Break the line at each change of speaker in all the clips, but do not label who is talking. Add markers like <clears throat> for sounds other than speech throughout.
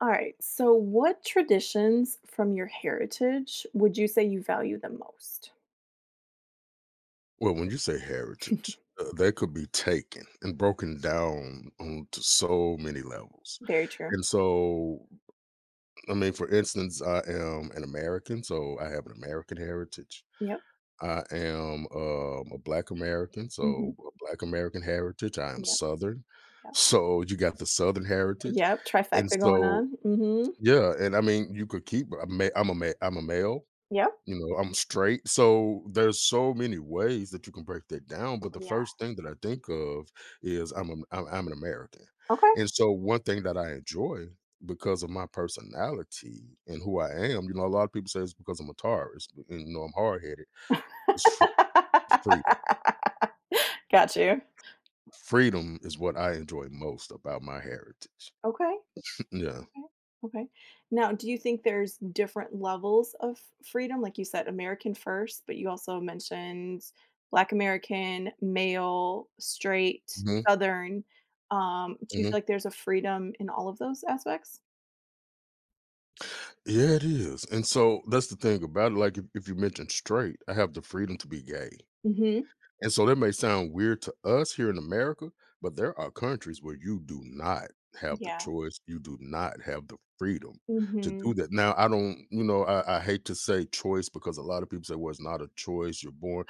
All right. So, what traditions from your heritage would you say you value the most?
Well, when you say heritage, that could be taken and broken down onto so many levels.
Very true.
And so, I mean, for instance, I am an American, so I have an American heritage.
Yep.
I am a Black American,
Hmm.
so a Black American heritage. I am
Yep.
Southern, <laughs>
Yep.
so you got the Southern heritage.
Yep.
And
Trifecta going
so,
on. Hmm.
yeah, and I mean, you could keep. I'm a male.
Yep.
I'm straight. So there's so many ways that you can break that down, but the
Yeah.
first thing that I think of is I'm an American.
Okay.
And so one thing that I enjoy because of my personality and who I am, a lot of people say it's because I'm a Taurus, and I'm hard headed. It's fr- freedom.
<laughs> Got you.
Freedom is what I enjoy most about my heritage.
Okay.
<laughs> Yeah.
Okay. Okay. Now, do you think there's different levels of freedom? Like you said, American first, but you also mentioned Black American, male, straight,
Hmm.
Southern. Do you feel
Hmm.
like there's a freedom in all of those aspects?
Yeah, it is. And so that's the thing about it. Like, if you mention straight, I have the freedom to be gay.
Hmm.
And so that may sound weird to us here in America, but there are countries where you do not have the
Yeah.
choice. You do not have the freedom to do
Hmm.
that. Now, I don't, I hate to say choice because a lot of people say, well, it's not a choice. You're born.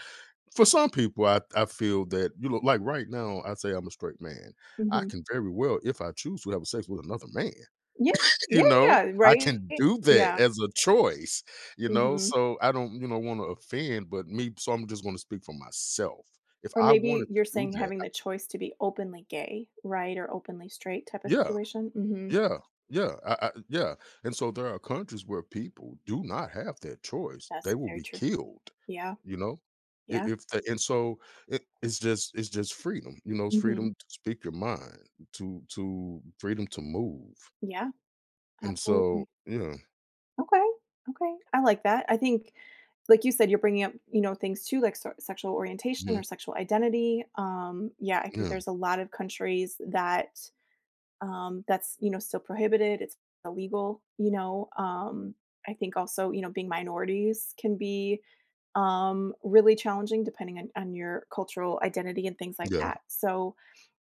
For some people, I feel that, like right now, I say I'm a straight man. I
Hmm.
can very well, if I choose to have sex with another man.
Yes.
You
Yeah.
know,
Yeah.
I
Right.
can do that
Yeah.
as a choice,
Hmm.
so I don't, wanna offend, but me so I'm just gonna speak for myself. If
Or
I
maybe
wanted to
you're
do
saying
that,
having
I—
the choice to be openly gay, right, or openly straight type of
Yeah,
situation. Hmm.
yeah, yeah, I yeah, and so there are countries where people do not have that choice.
That's
They will
very
be
true.
killed,
Yeah.
you know? I
Yeah.
if the And so it's just freedom, it's
Hmm.
freedom to speak your mind, to freedom to move,
Yeah,
and so
absolutely.
yeah,
Okay, okay, I like that. I think, like you said, you're bringing up, things too, like sexual orientation
mhm,
or sexual identity. Yeah, I think
yeah,
there's a lot of countries that that's still prohibited. It's illegal. I think also being minorities can be really challenging depending on your cultural identity and things like
yeah,
that. So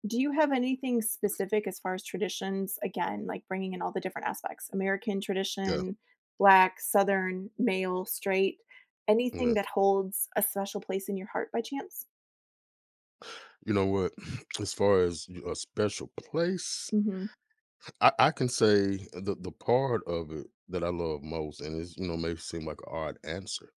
do you have anything specific as far as traditions? Again, like bringing in all the different aspects, American
yeah,
tradition, Black, Southern, male, straight, anything
yeah.
that holds a special place in your heart by chance?
You know what? <clears throat> As far as a special place,
Mhm.
I can say the part of it that I love most, and it's may seem like an odd answer.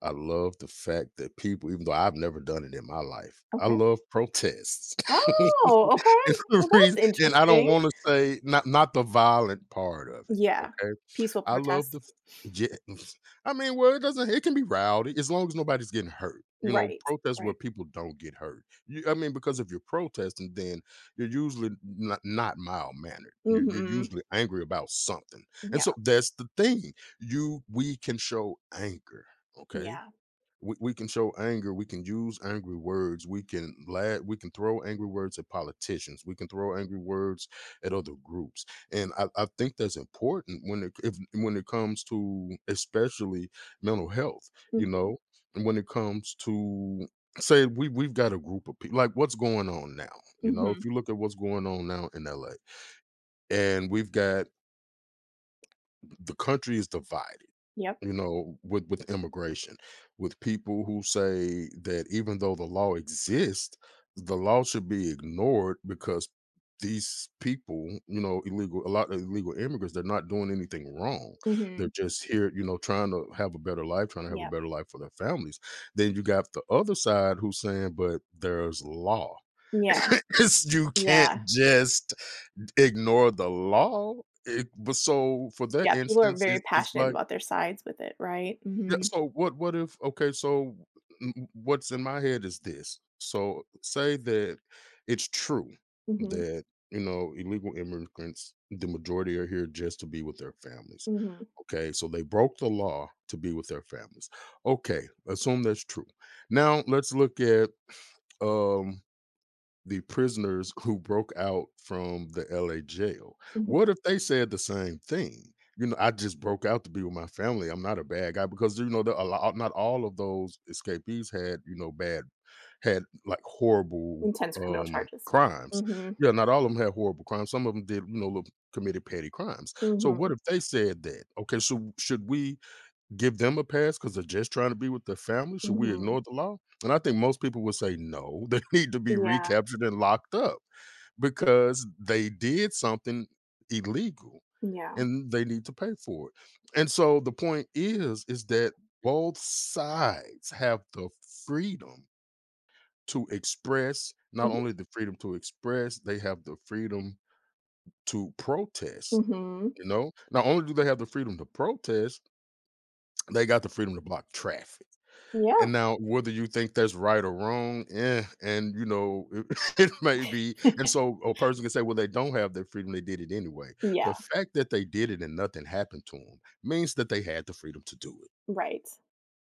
I love the fact that people, even though I've never done it in my life, I
Okay.
love protests. <laughs> and
Oh, okay. Well, that's
and I don't
interesting.
want to say not the violent part of it.
Yeah.
Okay.
Peaceful
I love
protests.
the Yeah. <laughs> I mean, well, it doesn't it can be rowdy as long as nobody's getting hurt,
Right,
protests where
right.
people don't get hurt. You I mean, because if you're protesting, then you're usually not mild-mannered. You're
Mhm.
usually angry about something, and so
Yeah,
that's the thing. You We can show anger, okay?
yeah.
We can show anger. We can use angry words. We can throw angry words at politicians. We can throw angry words at other groups. And I think that's important when it if, when it comes to, especially, mental health. you
Mhm,
know and when it comes to, say, we've got a group of people like what's going on now.
mhm.
If you look at what's going on now in la, and we've got— the country is divided,
Yep.
with immigration, with people who say that even though the law exists, the law should be ignored because these people, illegal— a lot of illegal immigrants, they're not doing anything wrong. They're
Mhm.
just here, trying to have a better life, trying to have a
Yep.
better life for their families. Then you got the other side who's saying, but there's law. <laughs>
Yeah,
You can't
yeah,
just ignore the law, but so for that
yeah. People are
instance,
very
it's
passionate
like,
about their sides with it, right?
yeah,
Mhm,
so what if— okay, so what's in my head is this. So say that it's true
mhm.
that, illegal immigrants, the majority are here just to be with their families.
Mhm,
Okay, so they broke the law to be with their families. Okay, assume that's true. Now let's look at um the prisoners who broke out from the LA jail.
mhm.
What if they said the same thing? You know, "I just broke out to be with my family. I'm not a bad guy," because, there— a lot— not all of those escapees had, bad— had, like, horrible,
Intense criminal charges, yeah.
crimes.
Mhm,
Yeah, not all of them had horrible crimes. Some of them did, little— committed petty crimes. So what
mhm,
if they said that? Okay, so should we give them a pass because 'cause they're just trying to be with their family? Should we
mhm.
ignore the law? And I think most people would say, "No, <laughs> they need to be
Yeah,
recaptured and locked up because they did something illegal,
yeah.
and they need to pay for it." And so the point is that both sides have the freedom to express— not
Mhm,
only the freedom to express, they have the freedom to protest,
mhm.
you know? Not only do they have the freedom to protest, they got the freedom to block traffic.
Yeah.
And now whether you think that's right or wrong, <laughs> it may be, and
<laughs>
so a person can say, "Well, they don't have their freedom, they did it anyway."
Yeah,
The fact that they did it and nothing happened to them means that they had the freedom to do it.
right.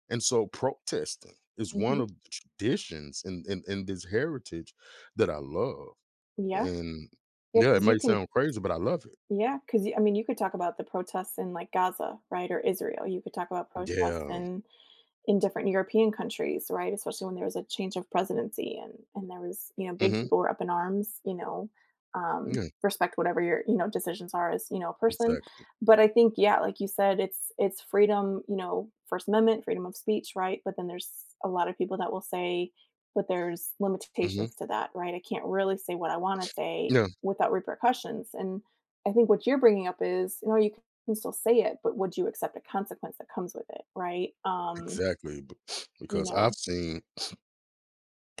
And so protesting is
Mhm.
one of the traditions in this heritage that I love,
Yeah.
and
Yeah.
yeah, it
Because you
may
can.
sound crazy, but I love it.
Yeah. Because I mean, you could talk about the protests in, like, Gaza, right, or Israel. You could talk about protests
Yeah.
in different European countries, right? Especially when there was a change of presidency and there was, big
Mhm.
people were up in arms,
Yeah,
respect whatever your, decisions are as, a person.
exactly.
But I think, yeah, like you said, it's freedom, First Amendment, freedom of speech, right? But then there's a lot of people that will say, but there's
Mhm.
limitations to that, right? I can't really say what I want to say
Yeah,
without repercussions. And I think what you're bringing up is, you can still say it, but would you accept a consequence that comes with it, right?
exactly, b
You
because
know?
I've seen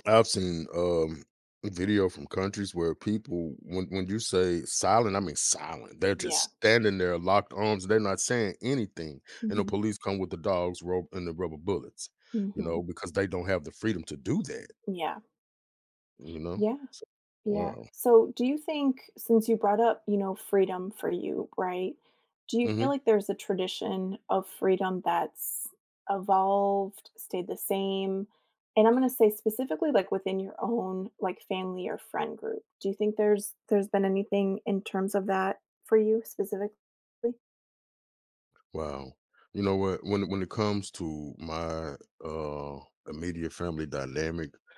I've seen video from countries where people— when you say silent, I mean silent. They're just
Yeah.
standing there, locked arms, they're not saying anything. And the
Mhm.
police come with the dogs, rope, and the rubber bullets,
Mhm.
because they don't have the freedom to do that,
Yeah.
you know?
Yeah.
So.
Yeah.
Wow.
So, do you think since you brought up, freedom for you, right? Do you
Hmm.
feel like there's a tradition of freedom that's evolved, stayed the same? And I'm gonna say specifically like within your own like family or friend group. Do you think there's been anything in terms of that for you specifically?
Wow. You know what? When it comes to my uh immediate family dynamic, <sighs>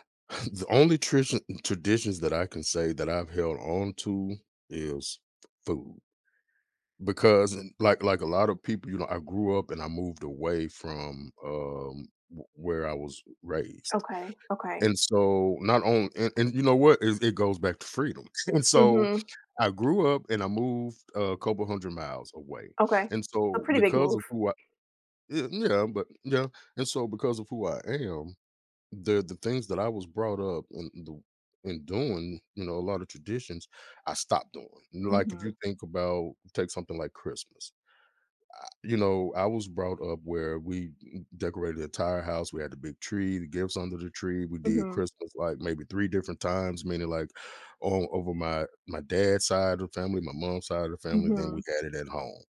<laughs> the only traditions that I can say that I've held on to is food. Because— and like a lot of people, I grew up and I moved away from, w where I was raised,
Okay. Okay.
and so not only— and you know what? It goes back to freedom. <laughs> And so
Mhm.
I grew up and I moved a couple hundred miles away,
Okay.
and
A
so
pretty big
because
move.
of who but yeah, and so because of who I am, the things that I was brought up in, the in doing, a lot of traditions, I stopped doing. Like, if
Mhm.
you think about take something like Christmas. I was brought up where we decorated the entire house. We had the big tree, the gifts under the tree. We did
Mhm.
Christmas like maybe three different times, meaning like on— over my dad's side of the family, my mom's side of the family. Then we
Mhm.
had it at home.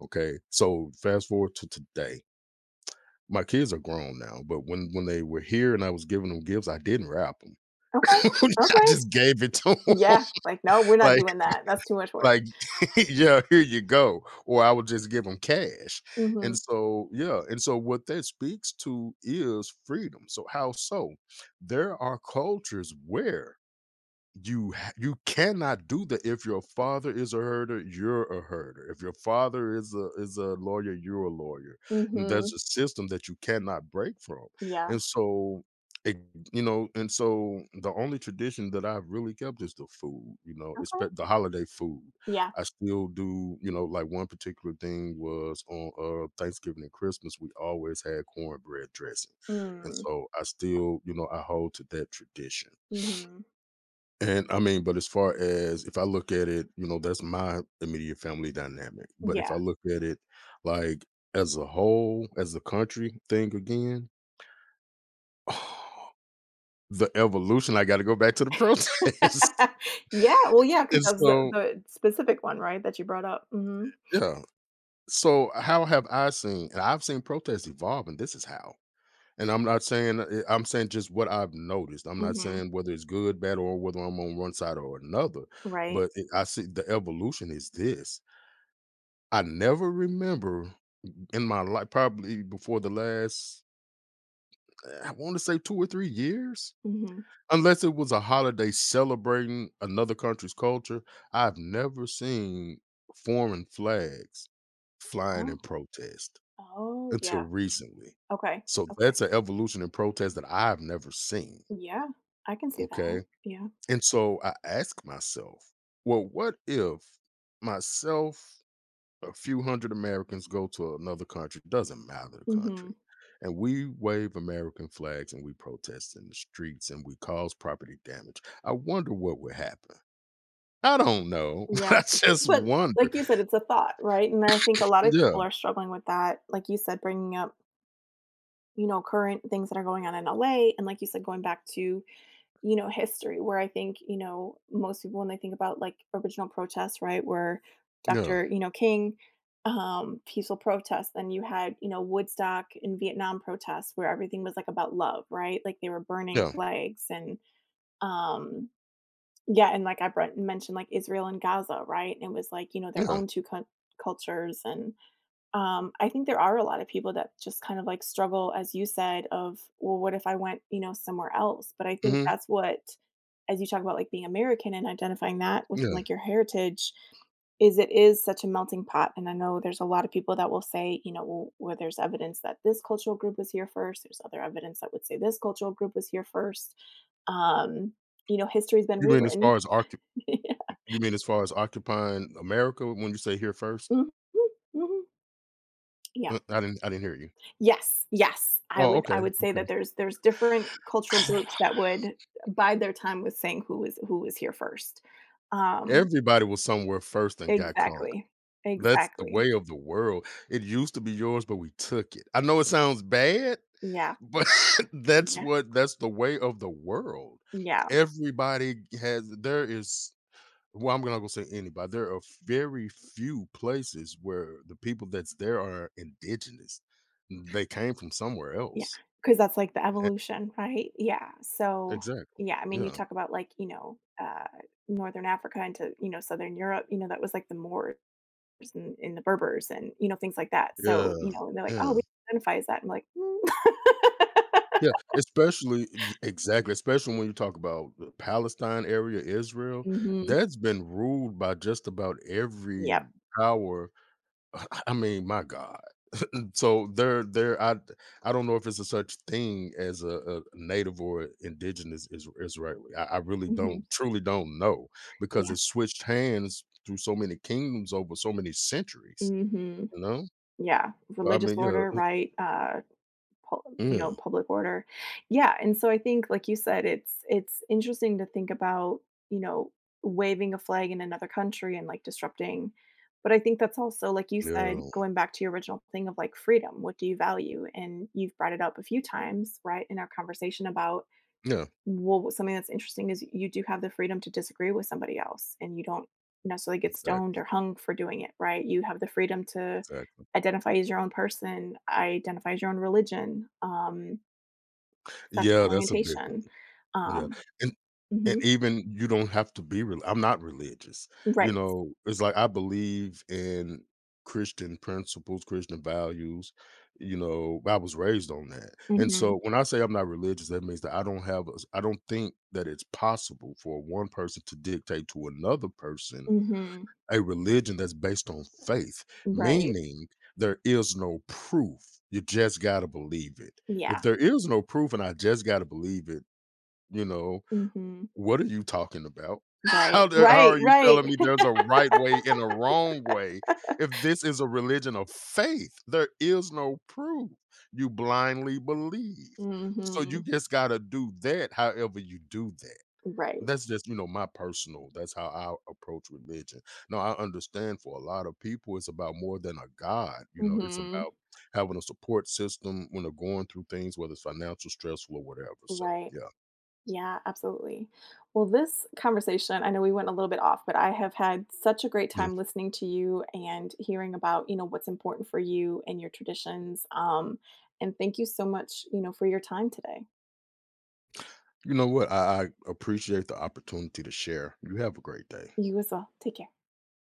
Okay, so fast forward to today. My kids are grown now, but when they were here and I was giving them gifts, I didn't wrap them. <laughs>
Okay,
I
okay.
just gave it to them.
Yeah, like, "No, we're
<laughs>
not
like
doing that, that's too much work."
like, <laughs> yeah, here you go. Or I would just give them cash. And
Mhm,
so, yeah. And so, what that speaks to is freedom. So, how so? There are cultures where you cannot do that. If your father is a herder, you're a herder. If your father is a lawyer, you're a lawyer. And
mhm,
there's a system that you cannot break from,
yeah,
and so it, you know and so the only tradition that I've really kept is the food. It's
okay,
the holiday food.
yeah,
I still do. Like, one particular thing was on Thanksgiving and Christmas, we always had cornbread dressing, and
mm,
so I still, I hold to that tradition.
mhm,
And I mean, but as far as if I look at it, that's my immediate family dynamic. But if I
yeah.
look at it like as a whole, as a country thing again, <sighs> the evolution, I got to go back to the protest.
<laughs> Yeah, well, yeah,
<laughs>
because
And
that's the
so,
the specific one, right, that you brought up, mhm,
yeah. So, how have I seen— and I've seen protests evolve, and this is how. And I'm not saying, I'm saying just what I've noticed. I'm not
mhm,
saying whether it's good, bad, or whether I'm on one side or another.
right,
But I see the evolution is this. I never remember in my life, probably before the last, I want to say 2 or 3 years,
mhm.
unless it was a holiday celebrating another country's culture, I've never seen foreign flags flying in
Oh,
protest
oh, yeah,
until recently.
okay,
So
okay,
that's an evolution in protest that I've never seen,
yeah, I can see
okay?
that, yeah,
And so I ask myself, well, what if— myself— a few hundred Americans go to another country, doesn't matter the country,
mhm,
and we wave American flags and we protest in the streets and we cause property damage. I wonder what would happen. I don't know. <laughs>
yeah,
I just
but
wonder.
like you said, it's a thought, right, and I think a lot of
Yeah,
people are struggling with that, like you said, bringing up current things that are going on in LA and like you said, going back to, history where I think, most people when they think about like original protests, right, where
yeah,
Dr. King, peaceful protests, then you had, Woodstock and Vietnam protests where everything was like about love, right? Like they were burning
yeah,
flags and um yeah, and like I mentioned like Israel and Gaza, right? And it was like, their
yeah,
own two cul cultures and I think there are a lot of people that just kind of like struggle, as you said, of, well, what if I went, somewhere else? But I think
mhm,
that's what, as you talk about like being American and identifying that within
yeah.
like your heritage, is it is such a melting pot. And I know there's a lot of people that will say, well, where there's evidence that this cultural group was here first, there's other evidence that would say this cultural group was here first. Um, history's been
You mean as
rewritten.
far as occu
<laughs>
you mean as far as occupying America when you say here first?
Mhm, mhm. Yeah.
I didn't hear you.
Yes, yes. I
Oh,
would
okay,
I would say
okay.
that there's different cultural groups that would bide their time with saying who was here first.
<sighs>
Um,
Everybody was somewhere first and got conquered.
exactly,
That's the
exactly.
way of the world. It used to be yours, but we took it. I know it sounds bad,
Yeah,
but <laughs>
yeah,
that's the way of the world.
yeah,
Everybody has there is Well, I'm not gonna say anybody. There are very few places where the people that's there are indigenous. They came from somewhere
yeah.
else.
Because that's like the
E-
evolution, right? Yeah. So,
Exactly.
yeah, I mean, you
Yeah.
talk about like, Northern Africa into, Southern Europe, that was like the Moors and the Berbers and, things like that.
Yeah.
So, they're like, oh,
Yeah.
we identify as that. I'm like, mm.
Yeah, especially e exactly, especially when you talk about the Palestine area,
<laughs>
Israel,
hmm.
that's been ruled by just about
Yep.
every power. <laughs> I mean, my God. <clears throat> So there, I don't know if it's a such thing as a native or indigenous— Is Israeli. I really
Mhm.
don't— truly don't know because
Yeah.
it switched hands through so many kingdoms over so many centuries,
Mhm.
you know?
Yeah.
I
Religious
mean,
order,
yeah,
right? Pul you know,
yeah,
public order. Yeah, and so I think, like you said, it's interesting to think about, you know, waving a flag in another country and, like, disrupting but I think that's also, like you
yeah,
said, going back to your original thing of, like, freedom. What do you value? And you've brought it up a few times, right, in our conversation about.
yeah,
Well, something that's interesting is you do have the freedom to disagree with somebody else, and you don't necessarily get stoned
exactly,
or hung for doing it, right? You have the freedom to
exactly.
identify as your own person, identify as your own religion, sexual
Yeah, that's a big—
orientation.
Yeah,
Um,
and and
mhm,
even you don't have to be rel I'm not religious,
right.
it's like I believe in Christian principles, Christian values. I was raised on that, and
Mhm,
so when I say I'm not religious, that means that I don't have a s I don't think that it's possible for one person to dictate to another person
mhm,
a religion that's based on faith,
right.
meaning there is no proof, you just gotta believe it. If
Yeah.
there is no proof and I just gotta believe it, you know
Mhm,
what are you talking about? <laughs>
right.
How the how
Right,
are you
right.
telling me there's a right way and a wrong way? If this is a religion of faith, there is no proof. You blindly believe. So you
Mhm,
just gotta do that however you do that.
right.
That's just, my personal— that's how I approach religion. Now, I understand for a lot of people, it's about more than a God. It's
Mhm,
about having a support system when they're going through things, whether it's financial, stressful, or whatever. So,
right.
yeah.
Yeah, absolutely. Well, this conversation, I know we went a little bit off, but I have had such a great time listening to you and hearing about, what's important for you and your traditions. And thank you so much, for your time today.
You know what? I appreciate the opportunity to share. You have a great day.
You as well. Take care.